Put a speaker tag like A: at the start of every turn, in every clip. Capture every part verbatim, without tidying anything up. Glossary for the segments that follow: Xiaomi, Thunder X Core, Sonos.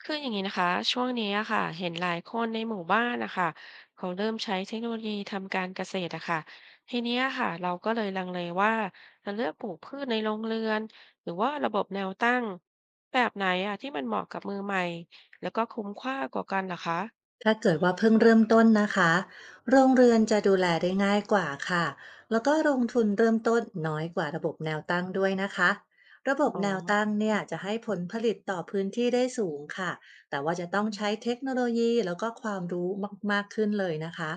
A: คืออย่างนี้นะคะช่วงนี้อะค่ะเห็นหลายคนในหมู่บ้านนะคะเขาเริ่มใช้เทคโนโลยีทำการเกษตรอะค่ะทีเนี้ยค่ะเราก็เลยลังเลว่าจะเลือกปลูกพืชในโรงเรือนหรือว่าระบบแนวตั้งแบบไหนอะที่มันเหมาะกับมือใหม่แล้วก็คุ้มค่ากว่ากันเหรอคะ
B: ถ้าเกิดว่าเพิ่งเริ่มต้นนะคะโรงเรือนจะดูแลได้ง่ายกว่าค่ะแล้วก็ลงทุนเริ่มต้นน้อยกว่าระบบแนวตั้งด้วยนะคะ ระบบ
A: อ๋อ
B: แนวตั้งเนี่ยจะให้ผลผลิตต่อพื้นที่ได้สูงค่ะแต่ว่าจะต้องใช้เทคโนโลยีแล้วก็ความรู้มากๆขึ้นเลยนะคะ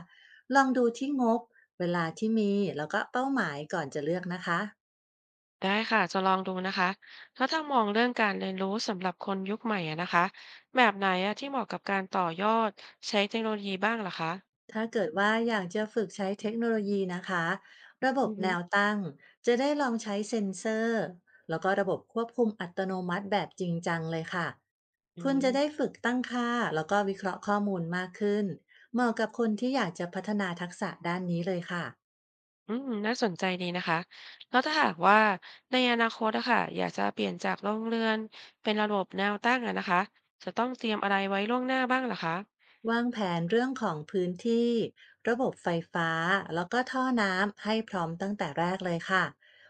B: ลองดูที่งบเวลาที่มีแล้วก็เป้าหมายก่อนจะเลือกนะคะ
A: ได้ค่ะจะลองดูนะคะแล้วถ้ามองเรื่องการเรียนรู้สำหรับคนยุคใหม่อะนะคะแบบไหนอะที่เหมาะกับการต่อยอดใช้เทคโนโลยีบ้างเหรอคะ
B: ถ้าเกิดว่าอยากจะฝึกใช้เทคโนโลยีนะคะระบ
A: อื
B: บ
A: อฮึ
B: แนวตั้งจะได้ลองใช้เซ็นเซอร์แล้วก็ระบบควบคุมอัตโนมัติแบบจริงจังเลยค่ะ
A: อื
B: คุณจะได้
A: ม
B: ฝึกตั้งค่าแล้วก็วิเคราะห์ข้อมูลมากขึ้นเหมาะกับคนที่อยากจะพัฒนาทักษะด้านนี้เลยค่ะ
A: อืมน่าสนใจดีนะคะแล้วถ้าหากว่าในอนาคตอะค่ะอยากจะเปลี่ยนจากโรงเรือนเป็นระบบแนวตั้งอะนะคะจะต้องเตรียมอะไรไว้ล่วงหน้าบ้างเหรอคะ
B: วางแผนเรื่องของพื้นที่ระบบไฟฟ้าแล้วก็ท่อน้ำให้พร้อมตั้งแต่แรกเลยค่ะ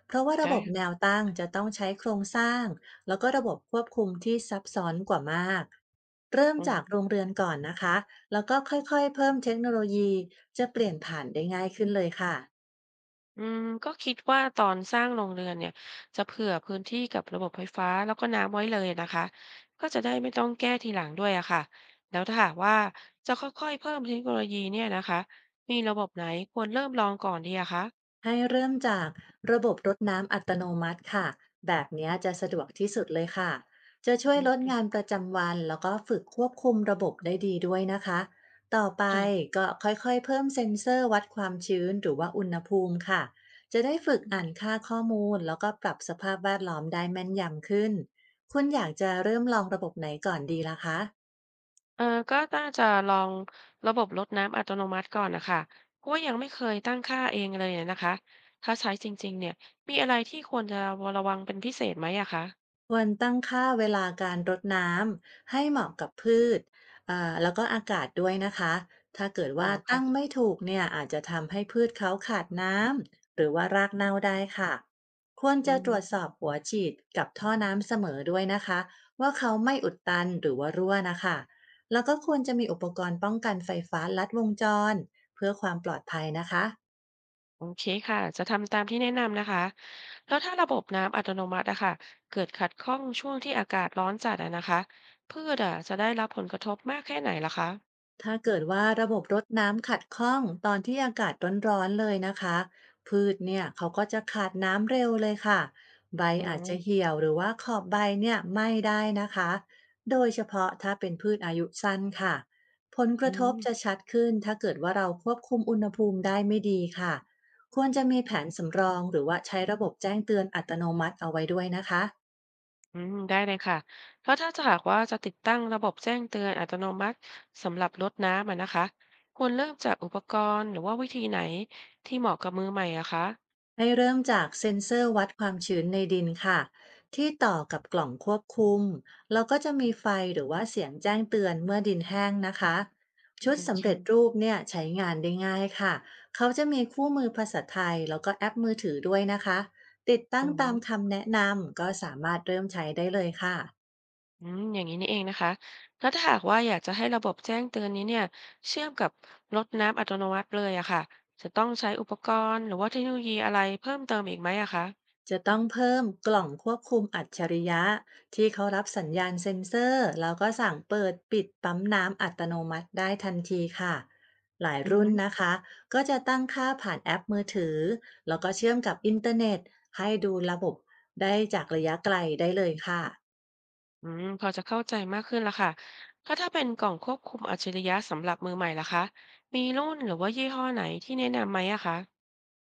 B: เพราะว่า
A: ได
B: ระบบแน
A: ้
B: วตั้งจะต้องใช้โครงสร้างแล้วก็ระบบควบคุมที่ซับซ้อนกว่ามากเริ่ม
A: อื
B: จาก
A: ม
B: โรงเรือนก่อนนะคะแล้วก็ค่อยๆเพิ่มเทคโนโลยีจะเปลี่ยนผ่านได้ง่ายขึ้นเลยค่ะ
A: อืมก็คิดว่าตอนสร้างโรงเรือนเนี่ยจะเผื่อพื้นที่กับระบบไฟฟ้าแล้วก็น้ำไว้เลยนะคะก็จะได้ไม่ต้องแก้ทีหลังด้วยอะค่ะแล้วถ้าหากว่าจะค่อยๆเพิ่มเทคโนโลยีเนี่ยนะคะมีระบบไหนควรเริ่มลองก่อนดีอะคะ
B: ให้เริ่มจากระบบรดน้ำอัตโนมัติค่ะแบบเนี้ยจะสะดวกที่สุดเลยค่ะจะช่วย
A: อื
B: ลด
A: ม
B: งานประจำวันแล้วก็ฝึกควบคุมระบบได้ดีด้วยนะคะต่อไป
A: ค่ะ
B: ก็ค่อยๆเพิ่มเซ็นเซอร์วัดความชื้นหรือว่าอุณหภูมิค่ะจะได้ฝึกอ่านค่าข้อมูลแล้วก็ปรับสภาพแวดล้อมได้แม่นยำขึ้นคุณอยากจะเริ่มลองระบบไหนก่อนดีล่ะคะ
A: เออก็น่าจะลองระบบรดน้ำอัตโนมัติก่อนนะคะเพราะว่ายังไม่เคยตั้งค่าเองเลยอะนะคะถ้าใช้จริงๆเนี่ยมีอะไรที่ควรจะระวังเป็นพิเศษไหมอะคะ
B: ควรตั้งค่าเวลาการรดน้ำให้เหมาะกับพืชเอ่อแล้วก็อากาศด้วยนะคะ ถ้าเกิด
A: อ๋อ
B: ว่าตั้ง
A: ค่ะ
B: ไม่ถูกเนี่ยอาจจะทำให้พืชเขาขาดน้ำหรือว่ารากเน่าได้ค่ะ ควร
A: อื
B: จะ
A: อ
B: ตรวจ
A: ฮึ
B: สอบหัวฉีดกับท่อน้ำเสมอด้วยนะคะว่าเขาไม่อุดตันหรือว่ารั่วนะคะ แล้วก็ควรจะมีอุปกรณ์ป้องกันไฟฟ้าลัดวงจรเพื่อความปลอดภัยนะคะ
A: โอเคค่ะจะทำตามที่แนะนำนะคะแล้วถ้าระบบน้ำอัตโนมัติอะค่ะเกิดขัดข้องช่วงที่อากาศร้อนจัดอะนะคะพืชอะจะได้รับผลกระทบมากแค่ไหนล่ะคะ
B: ถ้าเกิดว่าระบบรดน้ำขัดข้องตอนที่อากาศร้อนๆเลยนะคะพืชเนี่ยเขาก็จะขาดน้ำเร็วเลยค่ะใบ
A: อ๋อ
B: อาจจะเหี่ยวหรือว่าขอบใบเนี่ยไหม้ได้นะคะโดยเฉพาะถ้าเป็นพืชอายุสั้นค่ะผลก
A: อื
B: ระทบ
A: ม
B: จะชัดขึ้นถ้าเกิดว่าเราควบคุมอุณหภูมิได้ไม่ดีค่ะควรจะมีแผนสำรองหรือว่าใช้ระบบแจ้งเตือนอัตโนมัติเอาไว้ด้วยนะคะ
A: อืมได้เลยค่ะ เพร้ะถ้าจะหากว่าจะติดตั้งระบบแจ้งเตือนอัตโนมัติสำหรับรดน้ำอะนะคะควรเริ่มจากอุปกรณ์หรือว่าวิธีไหนที่เหมาะกับมือใหม่อะคะ
B: ให้เริ่มจากเซ็นเซอร์วัดความชื้นในดินค่ะที่ต่อกับกล่องควบคุมแล้วก็จะมีไฟหรือว่าเสียงแจ้งเตือนเมื่อดินแห้งนะคะชุด
A: โอ
B: สำ
A: เค
B: เร็จรูปเนี่ยใช้งานได้ง่ายค่ะเขาจะมีคู่มือภาษาไทยแล้วก็แอปมือถือด้วยนะคะติดตั้
A: อื
B: งตาม
A: ม
B: คำแนะนำก็สามารถเริ่มใช้ได้เลยค่ะ
A: อืมอย่างนี้นี่เองนะคะแล้วถ้าหากว่าอยากจะให้ระบบแจ้งเตือนนี้เนี่ยเชื่อมกับรถน้ำอัตโนมัติเลยอะค่ะจะต้องใช้อุปกรณ์หรือว่าเทคโนโลยีอะไรเพิ่มเติมอีกไหมอะคะ
B: จะต้องเพิ่มกล่องควบคุมอัจฉริยะที่เขารับสัญญาณเซ็นเซอร์แล้วก็สั่งเปิดปิดปั๊มน้ำอัตโนมัติได้ทันทีค่ะหลาย
A: อื
B: รุ่น
A: ม
B: นะคะก็จะตั้งค่าผ่านแอปมือถือแล้วก็เชื่อมกับอินเทอร์เน็ตให้ดูระบบได้จากระยะไกลได้เลยค่ะ
A: อืมพอจะเข้าใจมากขึ้นแล้วค่ะถ้าถ้าเป็นกล่องควบคุมอัจฉริยะสำหรับมือใหม่ล่ะคะมีรุ่นหรือว่ายี่ห้อไหนที่แนะนำไหมอะคะ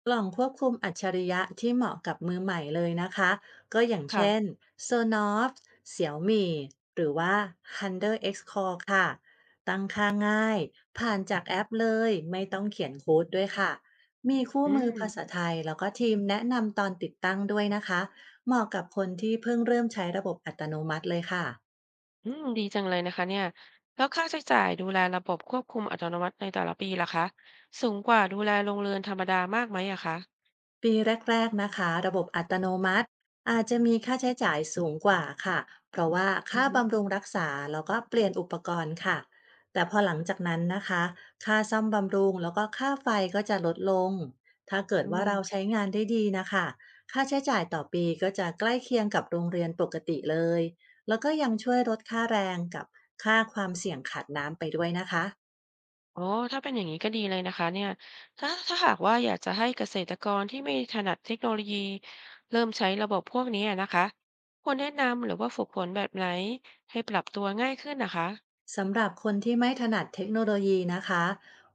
B: กล่องควบคุมอัจฉริยะที่เหมาะกับมือใหม่เลยนะคะก็อย่าง
A: ค่ะ
B: เช่น โซนอส เสียวมี่ หรือว่า ธันเดอร์ เอ็กซ์ คอร์ ค่ะตั้งค่าง่ายผ่านจากแอปเลยไม่ต้องเขียนโค้ดด้วยค่ะมีคู่
A: อื
B: มือภาษา
A: ม
B: ไทยแล้วก็ทีมแนะนำตอนติดตั้งด้วยนะคะเหมาะกับคนที่เพิ่งเริ่มใช้ระบบอัตโนมัติเลยค่ะ
A: อืม ดีจังเลยนะคะเนี่ย แล้วค่าใช้จ่ายดูแลระบบควบคุมอัตโนมัติในแต่ละปีล่ะคะสูงกว่าดูแลโรงเรือนธรรมดามากไหมอะคะ
B: ปีแรกๆนะคะระบบอัตโนมัติอาจจะมีค่าใช้จ่ายสูงกว่าค่ะเพราะว่า
A: อื
B: ค่า
A: อฮึ
B: บำรุงรักษาแล้วก็เปลี่ยนอุปกรณ์ค่ะแต่พอหลังจากนั้นนะคะค่าซ่อมบำรุงแล้วก็ค่าไฟก็จะลดลงถ้าเกิด
A: อื
B: ว่า
A: ม
B: เราใช้งานได้ดีนะคะค่าใช้จ่ายต่อปีก็จะใกล้เคียงกับโรงเรียนปกติเลยแล้วก็ยังช่วยลดค่าแรงกับค่าความเสี่ยงขาดน้ำไปด้วยนะคะ
A: อ๋อถ้าเป็นอย่างนี้ก็ดีเลยนะคะเนี่ยถ้าถ้าหากว่าอยากจะให้เกษตรกรที่ไม่ถนัดเทคโนโลยีเริ่มใช้ระบบพวกนี้อะนะคะควรแนะนำหรือว่าฝึกฝนแบบไหนให้ปรับตัวง่ายขึ้นนะคะ
B: สำหรับคนที่ไม่ถนัดเทคโนโลยีนะคะ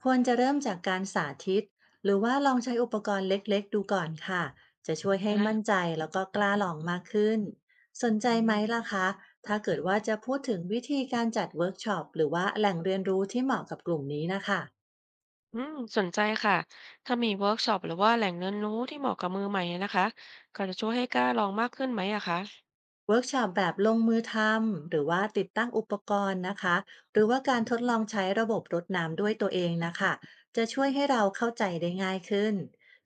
B: ควรจะเริ่มจากการสาธิตหรือว่าลองใช้อุปกรณ์เล็กๆดูก่อนค่ะจะช่วยให้
A: อ่
B: มั่น
A: า
B: ใจแล้วก็กล้าลองมากขึ้นสนใจ
A: อื
B: ไหม
A: ม
B: ล่ะคะถ้าเกิดว่าจะพูดถึงวิธีการจัดเวิร์กช็อปหรือว่าแหล่งเรียนรู้ที่เหมาะกับกลุ่มนี้นะคะ
A: อืมสนใจค่ะ ถ้ามีเวิร์กช็อปหรือว่าแหล่งเรียนรู้ที่เหมาะกับมือใหม่นะคะก็จะช่วยให้กล้าลองมากขึ้นไหมอะคะ
B: เวิร์กช็อปแบบลงมือทำหรือว่าติดตั้งอุปกรณ์นะคะหรือว่าการทดลองใช้ระบบรดน้ำด้วยตัวเองนะคะจะช่วยให้เราเข้าใจได้ง่ายขึ้น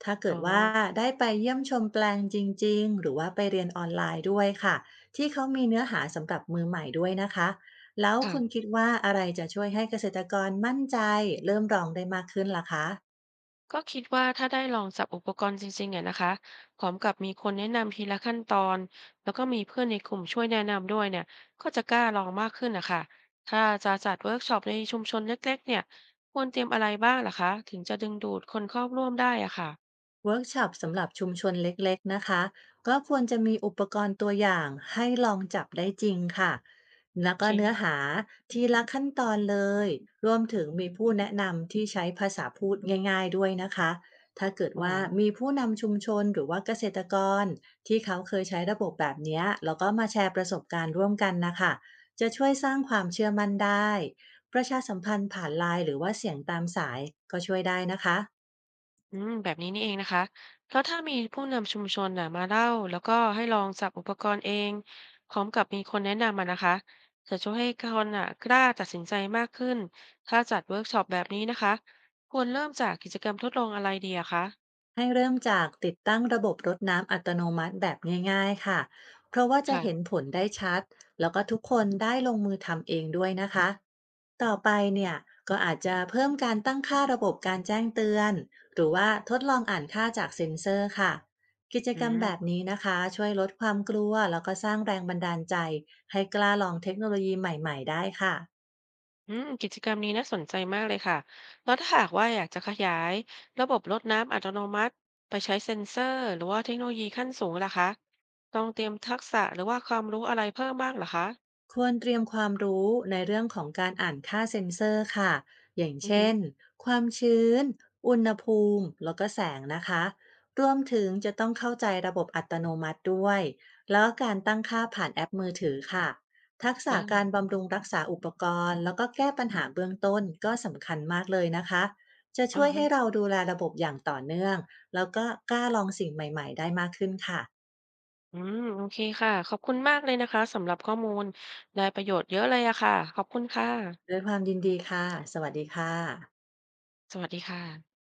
B: ถ้าเกิ
A: อ๋อ
B: ดว่าได้ไปเยี่ยมชมแปลงจริงๆหรือว่าไปเรียนออนไลน์ด้วยค่ะที่เขามีเนื้อหาสำหรับมือใหม่ด้วยนะคะแล้วคุณ
A: ค่ะ
B: คิดว่าอะไรจะช่วยให้เกษตรกรมั่นใจเริ่มลองได้มากขึ้นล่ะคะ
A: ก็คิดว่าถ้าได้ลองจับอุปกรณ์จริงๆเนี่ยนะคะพร้อมกับมีคนแนะนำทีละขั้นตอน แล้วก็มีเพื่อนในกลุ่มช่วยแนะนำด้วยเนี่ย ก็จะกล้าลองมากขึ้นนะคะถ้าจะจัดเวิร์กช็อปในชุมชนเล็กๆเนี่ย ควรเตรียมอะไรบ้างล่ะคะ ถึงจะดึงดูดคนเข้าร่วมได้อะค่ะ
B: เวิร์กช็อปสำหรับชุมชนเล็กๆนะคะก็ควรจะมีอุปกรณ์ตัวอย่างให้ลองจับได้จริงค่ะ
A: โอ
B: แล้ว
A: เค
B: ก็เนื้อหาทีละขั้นตอนเลยรวมถึงมีผู้แนะนำที่ใช้ภาษาพูดง่ายๆด้วยนะคะถ้าเกิด
A: อ๋อ
B: ว่ามีผู้นำชุมชนหรือว่าเกษตรกรที่เขาเคยใช้ระบบแบบเนี้ยแล้วก็มาแชร์ประสบการณ์ร่วมกันนะคะจะช่วยสร้างความเชื่อมั่นได้ประชาสัมพันธ์ผ่านไลน์หรือว่าเสียงตามสายก็ช่วยได้นะคะ
A: อืมแบบนี้นี่เองนะคะ แล้วถ้ามีผู้นำชุมชนน่ะมาเล่าแล้วก็ให้ลองสับอุปกรณ์เองพร้อมกับมีคนแนะนำมานะคะ จะช่วยให้คนน่ะกล้าตัดสินใจมากขึ้น ถ้าจัดเวิร์กช็อปแบบนี้นะคะ ควรเริ่มจากกิจกรรมทดลองอะไรดีอะคะ
B: ให้เริ่มจากติดตั้งระบบรดน้ำอัตโนมัติแบบง่ายๆค่ะ เพราะว่าจะเห็น
A: ค่ะ
B: ผลได้ชัดแล้วก็ทุกคนได้ลงมือทำเองด้วยนะคะ ต่อไปเนี่ยก็อาจจะเพิ่มการตั้งค่าระบบการแจ้งเตือนหรือว่าทดลองอ่านค่าจากเซ็นเซอร์ค่ะ กิจ
A: อื
B: กรรม
A: ม
B: แบบนี้นะคะช่วยลดความกลัวแล้วก็สร้างแรงบันดาลใจให้กล้าลองเทคโนโลยีใหม่ๆได้ค่ะ
A: อืมกิจกรรมนี้น่าสนใจมากเลยค่ะแล้วถ้าหากว่าอยากจะขยายระบบรดน้ำอัตโนมัติไปใช้เซ็นเซอร์หรือว่าเทคโนโลยีขั้นสูงล่ะคะต้องเตรียมทักษะหรือว่าความรู้อะไรเพิ่มบ้างเหรอคะ
B: ควรเตรียมความรู้ในเรื่องของการอ่านค่าเซ็นเซอร์ค่ะ อย่าง
A: อือฮึ
B: เช่นความชื้นอุณหภูมิแล้วก็แสงนะคะรวมถึงจะต้องเข้าใจระบบอัตโนมัติด้วยแล้วก็การตั้งค่าผ่านแอปมือถือค่ะทักษะการ
A: อ
B: บำรุงรักษาอุปกรณ์ แล้วก็แก้ปัญหาเบื้องต้นก็สำคัญมากเลยนะคะจะ
A: อา
B: ช่วย
A: ฮะ
B: ให้เราดูแลระบบอย่างต่อเนื่องแล้วก็กล้าลองสิ่งใหม่ๆได้มากขึ้นค่ะ
A: อืมโอเคค่ะขอบคุณมากเลยนะคะสำหรับข้อมูลได้ประโยชน์เยอะเลยอะค่ะขอบคุณค่ะ
B: ด้วยความยินดีค่ะสวัสดีค่ะ
A: สวัสดีค่ะ